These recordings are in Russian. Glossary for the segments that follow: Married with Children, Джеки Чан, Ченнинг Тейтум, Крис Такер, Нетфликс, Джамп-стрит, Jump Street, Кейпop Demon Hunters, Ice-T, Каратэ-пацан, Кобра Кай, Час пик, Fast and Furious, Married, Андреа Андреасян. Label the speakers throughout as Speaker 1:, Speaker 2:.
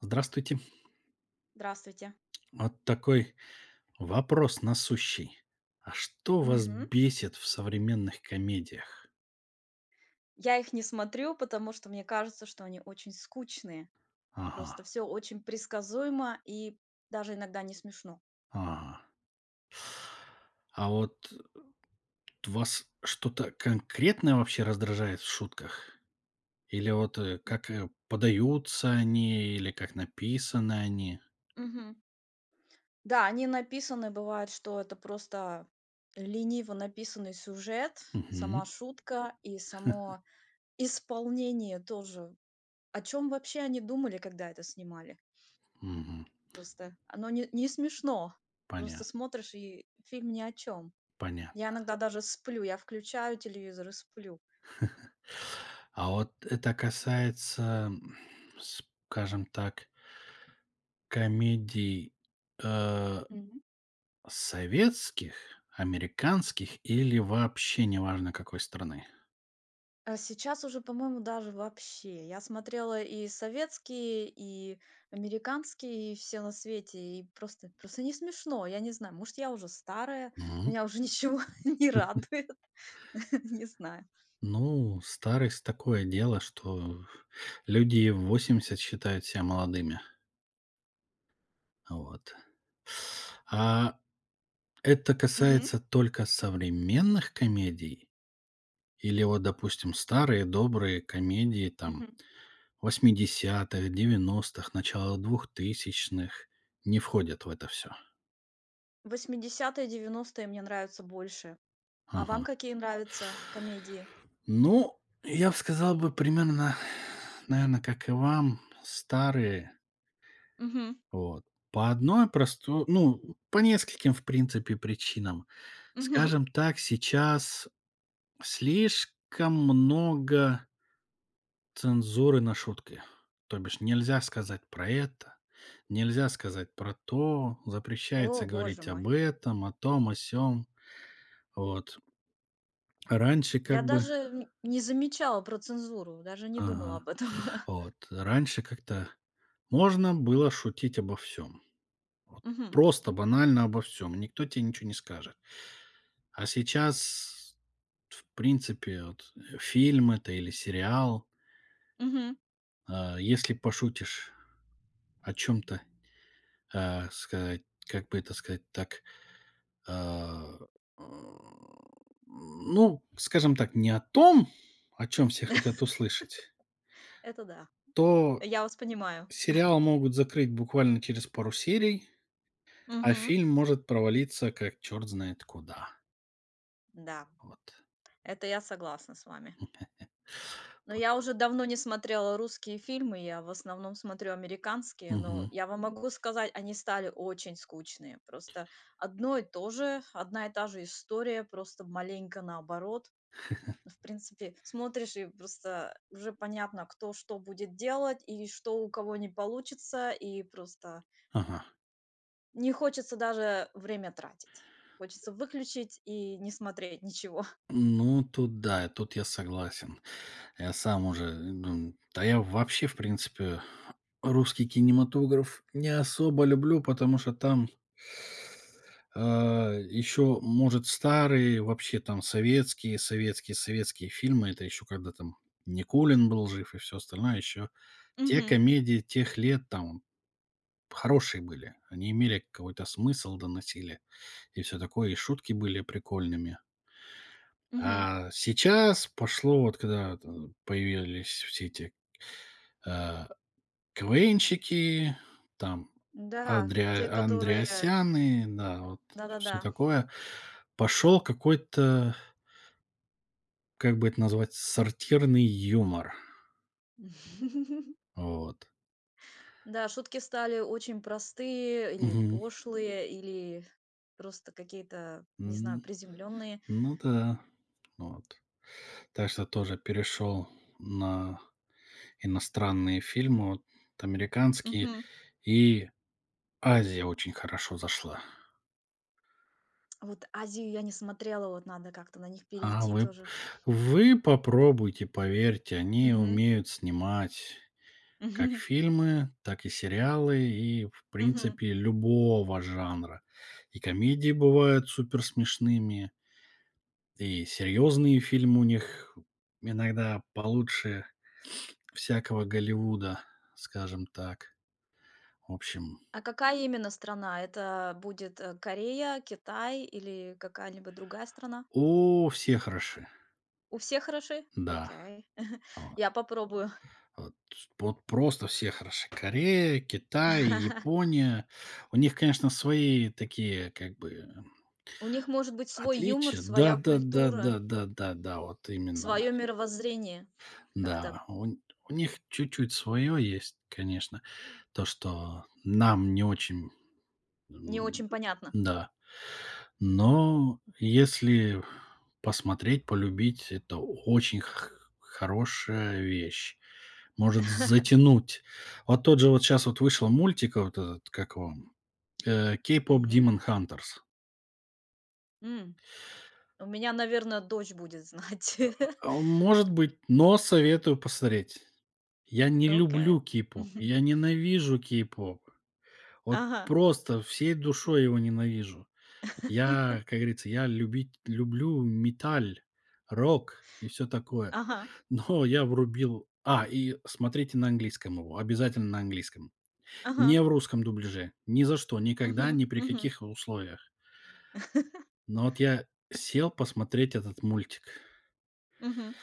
Speaker 1: Здравствуйте.
Speaker 2: Здравствуйте.
Speaker 1: Вот такой вопрос насущий. А что вас
Speaker 2: Мгм.
Speaker 1: бесит в современных комедиях?
Speaker 2: Я их не смотрю, потому что мне кажется, что они очень скучные.
Speaker 1: Ага,
Speaker 2: Просто все очень предсказуемо и даже иногда не смешно.
Speaker 1: ага. А вот вас что-то конкретное вообще раздражает в шутках? Или вот как подаются они, или как написаны они?
Speaker 2: Мгм. Да, они написаны, бывает, что это просто лениво написанный сюжет,
Speaker 1: Мгм,
Speaker 2: сама шутка и само исполнение тоже. О чем вообще они думали, когда это снимали?
Speaker 1: мгм.
Speaker 2: Просто оно не смешно.
Speaker 1: Понятно,
Speaker 2: Просто смотришь, и фильм ни о чем. Я
Speaker 1: понятно.
Speaker 2: иногда даже сплю. Я включаю телевизор и сплю.
Speaker 1: А вот это касается, скажем так, комедий, э,
Speaker 2: Мгм.
Speaker 1: советских, американских или вообще неважно какой страны?
Speaker 2: А сейчас уже, по-моему, даже вообще. Я смотрела и советские, и американские, и все на свете, и просто не смешно. Я не знаю, может, я уже старая,
Speaker 1: Мгм.
Speaker 2: меня уже ничего не радует, не знаю.
Speaker 1: Ну, старость такое дело, что люди и в 80 считают себя молодыми. Вот. А это
Speaker 2: Мгм.
Speaker 1: касается только современных комедий? Или вот, допустим, старые добрые комедии там
Speaker 2: Мгм.
Speaker 1: 80-х, 90-х, начала 2000-х не входят в это все.
Speaker 2: 80-е, мне нравятся больше. А вам
Speaker 1: Ага.
Speaker 2: какие нравятся комедии?
Speaker 1: Ну, я бы сказал бы примерно, наверное, как и вам, старые,
Speaker 2: Мгм.
Speaker 1: вот. По одной простой, ну, по нескольким, в принципе, причинам.
Speaker 2: Мгм.
Speaker 1: Скажем так, сейчас слишком много цензуры на шутки. То бишь нельзя сказать про это, нельзя сказать про то, запрещается
Speaker 2: О, боже
Speaker 1: говорить об
Speaker 2: мой.
Speaker 1: этом, о том, о сём. Вот. Раньше как
Speaker 2: Я
Speaker 1: бы.
Speaker 2: даже не замечала про цензуру, даже не думала
Speaker 1: Ага.
Speaker 2: об этом.
Speaker 1: Вот. Раньше как-то можно было шутить обо всем, вот
Speaker 2: Мгм.
Speaker 1: просто банально обо всем, никто тебе ничего не скажет. А сейчас, в принципе, вот, фильм это или сериал,
Speaker 2: Мгм.
Speaker 1: если пошутишь о чем то, сказать, как бы это сказать так, а, э, ну, скажем так, не о том, о чем все хотят услышать,
Speaker 2: Это да.
Speaker 1: то
Speaker 2: Я вас понимаю.
Speaker 1: сериал могут закрыть буквально через пару серий. А
Speaker 2: Мгм.
Speaker 1: фильм может провалиться как черт знает куда.
Speaker 2: Да,
Speaker 1: Вот.
Speaker 2: это я согласна с вами. Но
Speaker 1: Вот.
Speaker 2: я уже давно не смотрела русские фильмы, я в основном смотрю американские,
Speaker 1: Мгм.
Speaker 2: но я вам могу сказать, они стали очень скучные. Просто одно и то же, одна и та же история, просто маленько наоборот. Ну, в принципе, смотришь и просто уже понятно, кто что будет делать и что у кого не получится, и просто
Speaker 1: Ага.
Speaker 2: не хочется даже время тратить. Хочется выключить и не смотреть ничего.
Speaker 1: Ну, тут да, тут я согласен. Я сам уже, ну, да я вообще, в принципе, русский кинематограф не особо люблю, потому что там, еще, может, старые, вообще там советские фильмы. Это еще когда там Никулин был жив и все остальное. Еще те
Speaker 2: Мгм.
Speaker 1: комедии тех лет, там, хорошие были. Они имели какой-то смысл, доносили и все такое, и шутки были прикольными.
Speaker 2: Мгм.
Speaker 1: А сейчас пошло, вот когда вот, появились все эти, э, КВНщики, там
Speaker 2: Да, те, да, которые
Speaker 1: Андреасяны, да, вот всё
Speaker 2: да-да-да.
Speaker 1: такое. Пошел какой-то, как бы это назвать, сортирный юмор. Вот.
Speaker 2: Да, шутки стали очень простые или
Speaker 1: Мгм.
Speaker 2: пошлые, или просто какие-то, не знаю,
Speaker 1: М,
Speaker 2: приземленные.
Speaker 1: ну да. Вот. Так что тоже перешел на иностранные фильмы, вот американские,
Speaker 2: Мгм.
Speaker 1: и Азия очень хорошо зашла.
Speaker 2: Вот "Азию" я не смотрела, вот надо как-то на них
Speaker 1: А
Speaker 2: перейти
Speaker 1: вы
Speaker 2: тоже.
Speaker 1: вы попробуйте, поверьте, они умеют снимать как
Speaker 2: Мгм.
Speaker 1: фильмы, так и сериалы, и, в
Speaker 2: Мгм.
Speaker 1: принципе, любого жанра. И комедии бывают суперсмешными, и серьезные фильмы у них иногда получше всякого Голливуда, скажем так. В общем,
Speaker 2: А какая именно страна? Это будет, Корея, Китай или какая-либо другая страна?
Speaker 1: о, все хороши,
Speaker 2: У всех хороши?
Speaker 1: да.
Speaker 2: Окей. Я попробую.
Speaker 1: Вот вот просто все хороши: Корея, Китай, Япония. У них, конечно, свои такие как бы
Speaker 2: У них может быть свой юмор,
Speaker 1: отличия.
Speaker 2: своя культура,
Speaker 1: Да-да-да-да-да-да-да, вот именно.
Speaker 2: свое мировоззрение. Как-то
Speaker 1: Да, у них чуть-чуть свое есть, конечно, то, что нам не очень.
Speaker 2: не
Speaker 1: М,
Speaker 2: очень понятно.
Speaker 1: да. Но если посмотреть, полюбить, это очень х хорошая вещь. Может затянуть. Вот тот же вот сейчас вот вышел мультик, вот этот, как его, "Кейпop
Speaker 2: Мгм.
Speaker 1: Demon Hunters".
Speaker 2: М. У меня, наверное, дочь будет знать.
Speaker 1: А, может быть, но советую посмотреть. Я не
Speaker 2: Окей.
Speaker 1: люблю кей-поп,
Speaker 2: Мгм.
Speaker 1: я ненавижу кей-поп. Вот
Speaker 2: Ага.
Speaker 1: просто всей душой его ненавижу. Я, как говорится, я любить люблю металл, рок и все такое.
Speaker 2: Ага.
Speaker 1: Но я врубил, и смотрите на английском его, обязательно на английском.
Speaker 2: Ага.
Speaker 1: Не в русском дубляже, ни за что, никогда,
Speaker 2: Мгм.
Speaker 1: ни при
Speaker 2: Мгм.
Speaker 1: каких условиях. Но вот я сел посмотреть этот мультик.
Speaker 2: Мгм.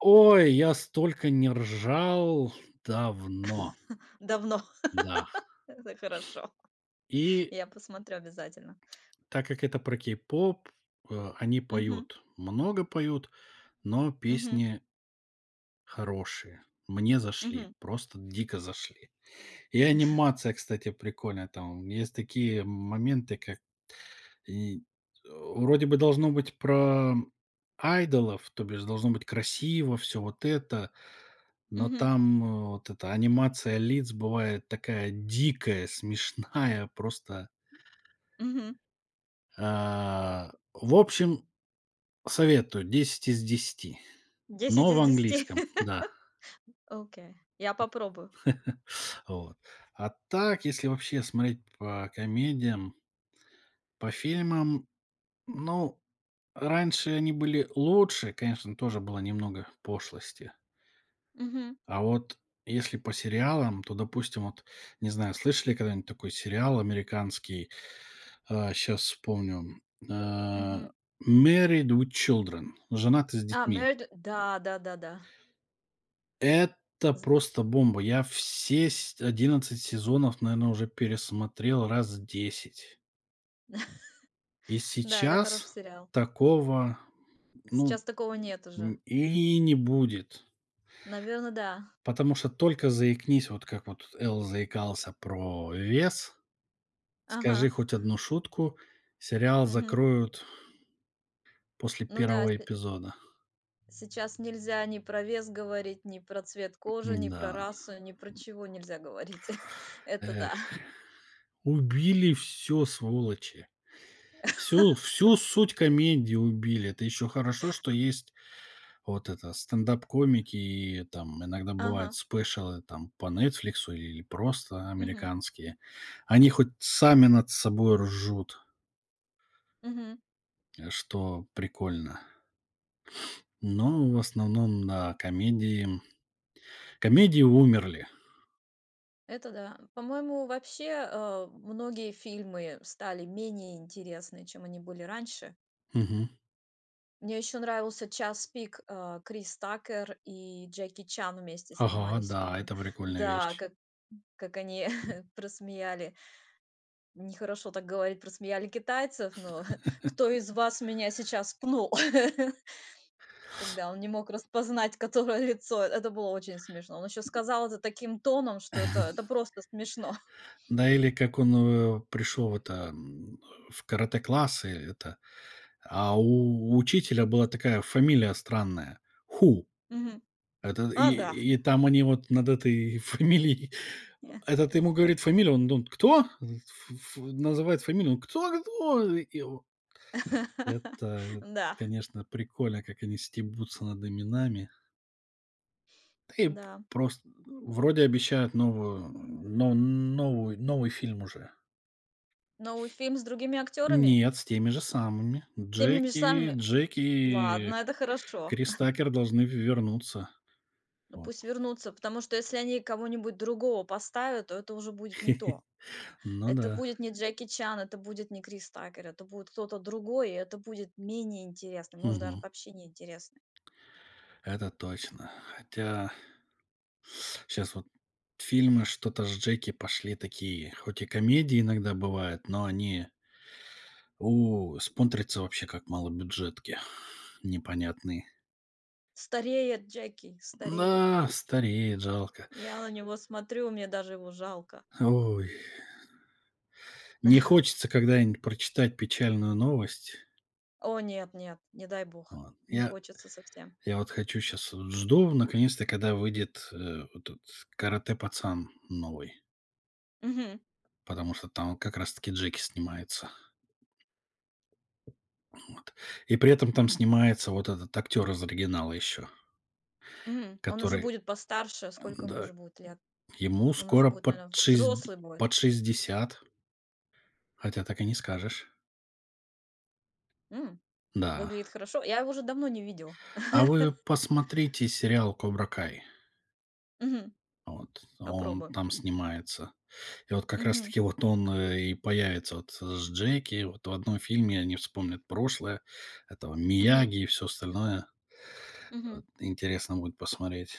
Speaker 1: Ой, я столько не ржал давно,
Speaker 2: Давно.
Speaker 1: да.
Speaker 2: Это хорошо.
Speaker 1: И
Speaker 2: Я посмотрю обязательно.
Speaker 1: так как это про кей-поп, они
Speaker 2: Мгм.
Speaker 1: поют, много поют, но
Speaker 2: Мгм.
Speaker 1: песни хорошие. Мне зашли,
Speaker 2: Мгм.
Speaker 1: просто дико зашли. И анимация, кстати, прикольная там. Есть такие моменты, как и, вроде бы должно быть про айдолов, то бишь должно быть красиво, все вот это, но
Speaker 2: Мгм.
Speaker 1: там, вот эта анимация лиц бывает такая дикая, смешная, просто,
Speaker 2: Мгм.
Speaker 1: а. В общем, советую, 10 из 10,
Speaker 2: 10
Speaker 1: но в
Speaker 2: из десяти.
Speaker 1: английском, да.
Speaker 2: Окей. Я попробую.
Speaker 1: Вот. А так, если вообще смотреть по комедиям, по фильмам, ну, раньше они были лучше, конечно, тоже было немного пошлости.
Speaker 2: Мгм.
Speaker 1: А вот если по сериалам, то, допустим, вот, не знаю, слышали когда-нибудь такой сериал американский, сейчас вспомню, а,
Speaker 2: Мгм.
Speaker 1: Married with Children, женаты с
Speaker 2: А,
Speaker 1: детьми.
Speaker 2: "Married", да, да-да-да.
Speaker 1: Это
Speaker 2: З,
Speaker 1: просто бомба. Я все 11 сезонов, наверное, уже пересмотрел раз 10. И
Speaker 2: да, это хороший
Speaker 1: сейчас
Speaker 2: сериал.
Speaker 1: такого, ну,
Speaker 2: Сейчас такого нет уже.
Speaker 1: н и не будет,
Speaker 2: Наверное, да.
Speaker 1: потому что только заикнись, вот как вот Эл заикался про вес,
Speaker 2: Ага.
Speaker 1: скажи хоть одну шутку, сериал
Speaker 2: Мгм.
Speaker 1: закроют после
Speaker 2: Ну да,
Speaker 1: первого
Speaker 2: се
Speaker 1: эпизода.
Speaker 2: сейчас нельзя ни про вес говорить, ни про цвет кожи, ни про
Speaker 1: Да,
Speaker 2: расу, ни про чего нельзя говорить. Это да.
Speaker 1: эх, убили все сволочи. Всю суть комедии убили. Это еще хорошо, что есть. Вот это стендап-комики, и там иногда бывают
Speaker 2: Ага.
Speaker 1: спешалы там по "Нетфликсу" или просто
Speaker 2: Мгм.
Speaker 1: американские. Они хоть сами над собой ржут,
Speaker 2: Мгм.
Speaker 1: что прикольно. Но в основном, да, комедии умерли.
Speaker 2: Это да. По-моему, вообще, многие фильмы стали менее интересны, чем они были раньше.
Speaker 1: Мгм.
Speaker 2: Мне еще нравился "Час пик", Крис Такер и Джеки Чан вместе
Speaker 1: Ага,
Speaker 2: снимались в
Speaker 1: да,
Speaker 2: фильме.
Speaker 1: это прикольная
Speaker 2: Да,
Speaker 1: вещь.
Speaker 2: как они просмеяли. Нехорошо так говорить, про смеяли китайцев, но кто из вас меня сейчас пнул? Когда он не мог распознать, которое лицо. Это было очень смешно. Он еще сказал это таким тоном, что это просто смешно.
Speaker 1: Да, или как он, пришел в это, в каратэ-классы это, а у учителя была такая фамилия странная — Ху.
Speaker 2: Мгм.
Speaker 1: Это
Speaker 2: А, да.
Speaker 1: и там они вот над этой фамилией,
Speaker 2: Э.
Speaker 1: этот ему говорит фамилию, он думает, "Кто?" Ф ф называет фамилию, он: "Кто? Кто?" И о это,
Speaker 2: Да,
Speaker 1: конечно, прикольно, как они стебутся над именами. Да и
Speaker 2: да.
Speaker 1: просто вроде обещают, новую но новую новый фильм уже.
Speaker 2: Новый фильм с другими актерами?
Speaker 1: Нет, с теми же самыми.
Speaker 2: Теми же
Speaker 1: Джеки, Джеки,
Speaker 2: самыми?
Speaker 1: Джек и
Speaker 2: Ладно, это хорошо.
Speaker 1: Крис Такер должны вернуться.
Speaker 2: Ну,
Speaker 1: Вот.
Speaker 2: пусть вернутся, потому что если они кого-нибудь другого поставят, то это уже будет не то.
Speaker 1: Ну
Speaker 2: Это
Speaker 1: да.
Speaker 2: будет не Джеки Чан, это будет не Крис Такер, это будет кто-то другой, и это будет менее интересный, может, даже
Speaker 1: Мгм.
Speaker 2: вообще не интересный.
Speaker 1: Это точно. Хотя сейчас вот фильмы что-то с Джеки пошли такие, хоть и комедии иногда бывают, но они, смотрятся вообще как малобюджетки непонятные.
Speaker 2: Стареет Джеки, стареет.
Speaker 1: Да, стареет, жалко.
Speaker 2: Я на него смотрю, мне даже его жалко.
Speaker 1: Ой, не хочется когда-нибудь прочитать печальную новость.
Speaker 2: О, нет, нет, не дай бог,
Speaker 1: Вот.
Speaker 2: не
Speaker 1: Я
Speaker 2: хочется совсем.
Speaker 1: я вот хочу, сейчас жду наконец-то, когда выйдет, вот этот "Каратэ-пацан" новый,
Speaker 2: Мгм,
Speaker 1: потому что там как раз таки Джеки снимается. Вот. И при этом там снимается вот этот актер из оригинала еще.
Speaker 2: мгм. Он уже
Speaker 1: Который,
Speaker 2: будет постарше, сколько ему
Speaker 1: да,
Speaker 2: уже будет лет?
Speaker 1: ему
Speaker 2: Он уже
Speaker 1: скоро
Speaker 2: будет, наверное, взрослый будет.
Speaker 1: под шестьдесят, хотя так и не скажешь.
Speaker 2: М.
Speaker 1: Да.
Speaker 2: Выглядит хорошо. Я его уже давно не видела.
Speaker 1: А вы посмотрите сериал "Кобра Кай".
Speaker 2: Мгм.
Speaker 1: Вот. Он
Speaker 2: Попробую.
Speaker 1: там снимается. И вот как раз
Speaker 2: Мгм,
Speaker 1: таки вот он, и появится вот с Джеки. Вот в одном фильме они вспомнят прошлое этого
Speaker 2: мгм,
Speaker 1: Мияги и все остальное.
Speaker 2: мгм.
Speaker 1: Вот интересно будет посмотреть.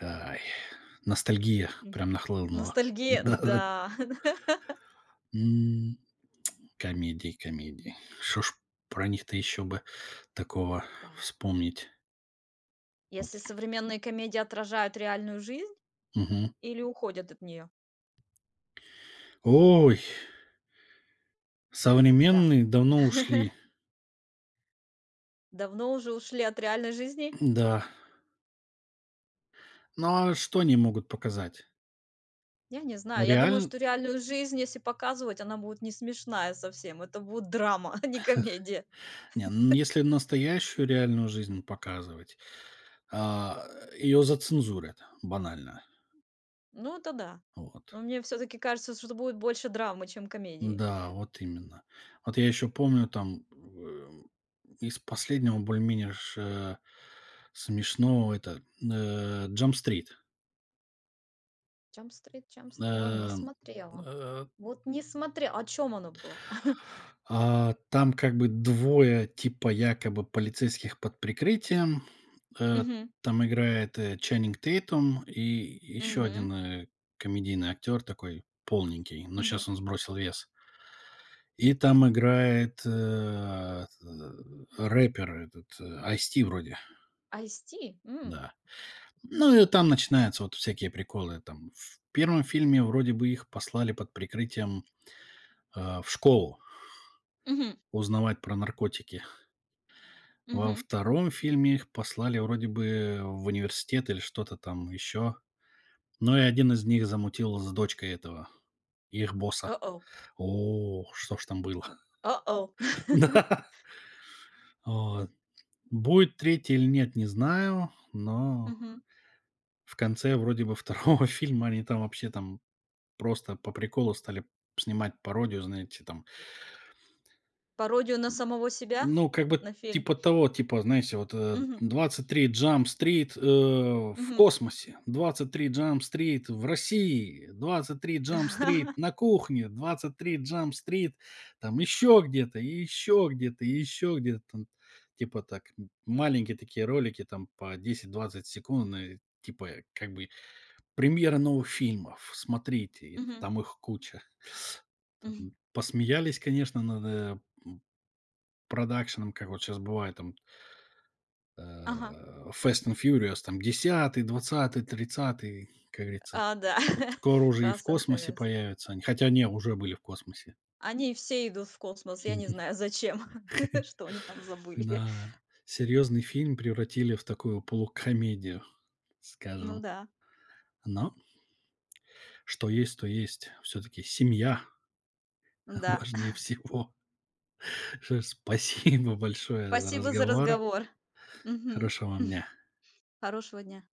Speaker 1: Ай, ностальгия
Speaker 2: М.
Speaker 1: прям нахлынула.
Speaker 2: Ностальгия,
Speaker 1: Да-да.
Speaker 2: да.
Speaker 1: М. Комедии, комедии. Что ж про них-то еще бы такого
Speaker 2: Да.
Speaker 1: вспомнить?
Speaker 2: Если современные комедии отражают реальную жизнь
Speaker 1: Мгм.
Speaker 2: или уходят от нее?
Speaker 1: Ой,
Speaker 2: Да.
Speaker 1: современные давно ушли.
Speaker 2: Давно уже ушли от реальной жизни?
Speaker 1: Да. Ну, а что они могут показать?
Speaker 2: Я не знаю. Я думаю,
Speaker 1: Реально?
Speaker 2: что реальную жизнь, если показывать, она будет не смешная совсем. Это будет драма, а не комедия.
Speaker 1: Не, ну, если настоящую реальную жизнь показывать, а, ее зацензурят банально.
Speaker 2: Ну, это да.
Speaker 1: Вот.
Speaker 2: Но мне все-таки кажется, что будет больше драмы, чем комедии.
Speaker 1: Да, вот именно. Вот я еще помню там, из последнего более-менее смешного это,
Speaker 2: Джамп-стрит, Джамп-стрит. Но не
Speaker 1: Э,
Speaker 2: смотрела.
Speaker 1: э,
Speaker 2: Вот не смотрела. О чем оно было?
Speaker 1: там как бы двое типа якобы полицейских под прикрытием. Э,
Speaker 2: Мгм,
Speaker 1: там играет, Ченнинг Тейтум и еще
Speaker 2: мгм,
Speaker 1: один комедийный актер такой полненький, но
Speaker 2: мгм.
Speaker 1: сейчас он сбросил вес. И там играет, рэпер этот, вроде,
Speaker 2: Ice-T? М,
Speaker 1: да. Ну и там начинаются вот всякие приколы. Там в первом фильме вроде бы их послали под прикрытием, в школу
Speaker 2: мгм,
Speaker 1: узнавать про наркотики. Во
Speaker 2: мгм.
Speaker 1: втором фильме их послали вроде бы в университет или что-то там еще. Но и один из них замутил с дочкой этого, их босса.
Speaker 2: О-о,
Speaker 1: О, что ж там было?
Speaker 2: о-о.
Speaker 1: Да. Вот. Будет третий или нет, не знаю, но
Speaker 2: Мгм.
Speaker 1: в конце вроде бы второго фильма они там вообще там просто по приколу стали снимать пародию, знаете, там.
Speaker 2: Пародию на самого себя?
Speaker 1: Ну, как бы
Speaker 2: На фильм?
Speaker 1: типа того, типа, знаете, вот,
Speaker 2: Мгм,
Speaker 1: 23 Jump Street, в
Speaker 2: мгм.
Speaker 1: космосе, 23 Jump Street в России, 23 Jump Street на кухне, 23 Jump Street там еще где-то, и еще где-то, и еще где-то там. Типа так, маленькие такие ролики там по 10-20 секунд, типа, как бы премьера новых фильмов, смотрите, и
Speaker 2: Мгм,
Speaker 1: там их куча.
Speaker 2: мгм.
Speaker 1: Там посмеялись, конечно, над, м, продакшеном, как вот сейчас бывает там,
Speaker 2: Ага.
Speaker 1: Fast and Furious, там 10-й, 20-й, 30-й, как говорится.
Speaker 2: А, да.
Speaker 1: Скоро уже и в
Speaker 2: Fast and
Speaker 1: космосе
Speaker 2: Furious.
Speaker 1: появятся они. Хотя не, уже были в космосе.
Speaker 2: Они все идут в космос, я не знаю зачем, что они там забыли.
Speaker 1: На серьезный фильм превратили в такую полукомедию,
Speaker 2: Ну
Speaker 1: скажем.
Speaker 2: да,
Speaker 1: Но что есть, то есть. Все-таки семья
Speaker 2: да.
Speaker 1: важнее всего. Спасибо большое за
Speaker 2: Спасибо за
Speaker 1: разговор.
Speaker 2: разговор. Мгм.
Speaker 1: Хорошего вам дня.
Speaker 2: Хорошего дня.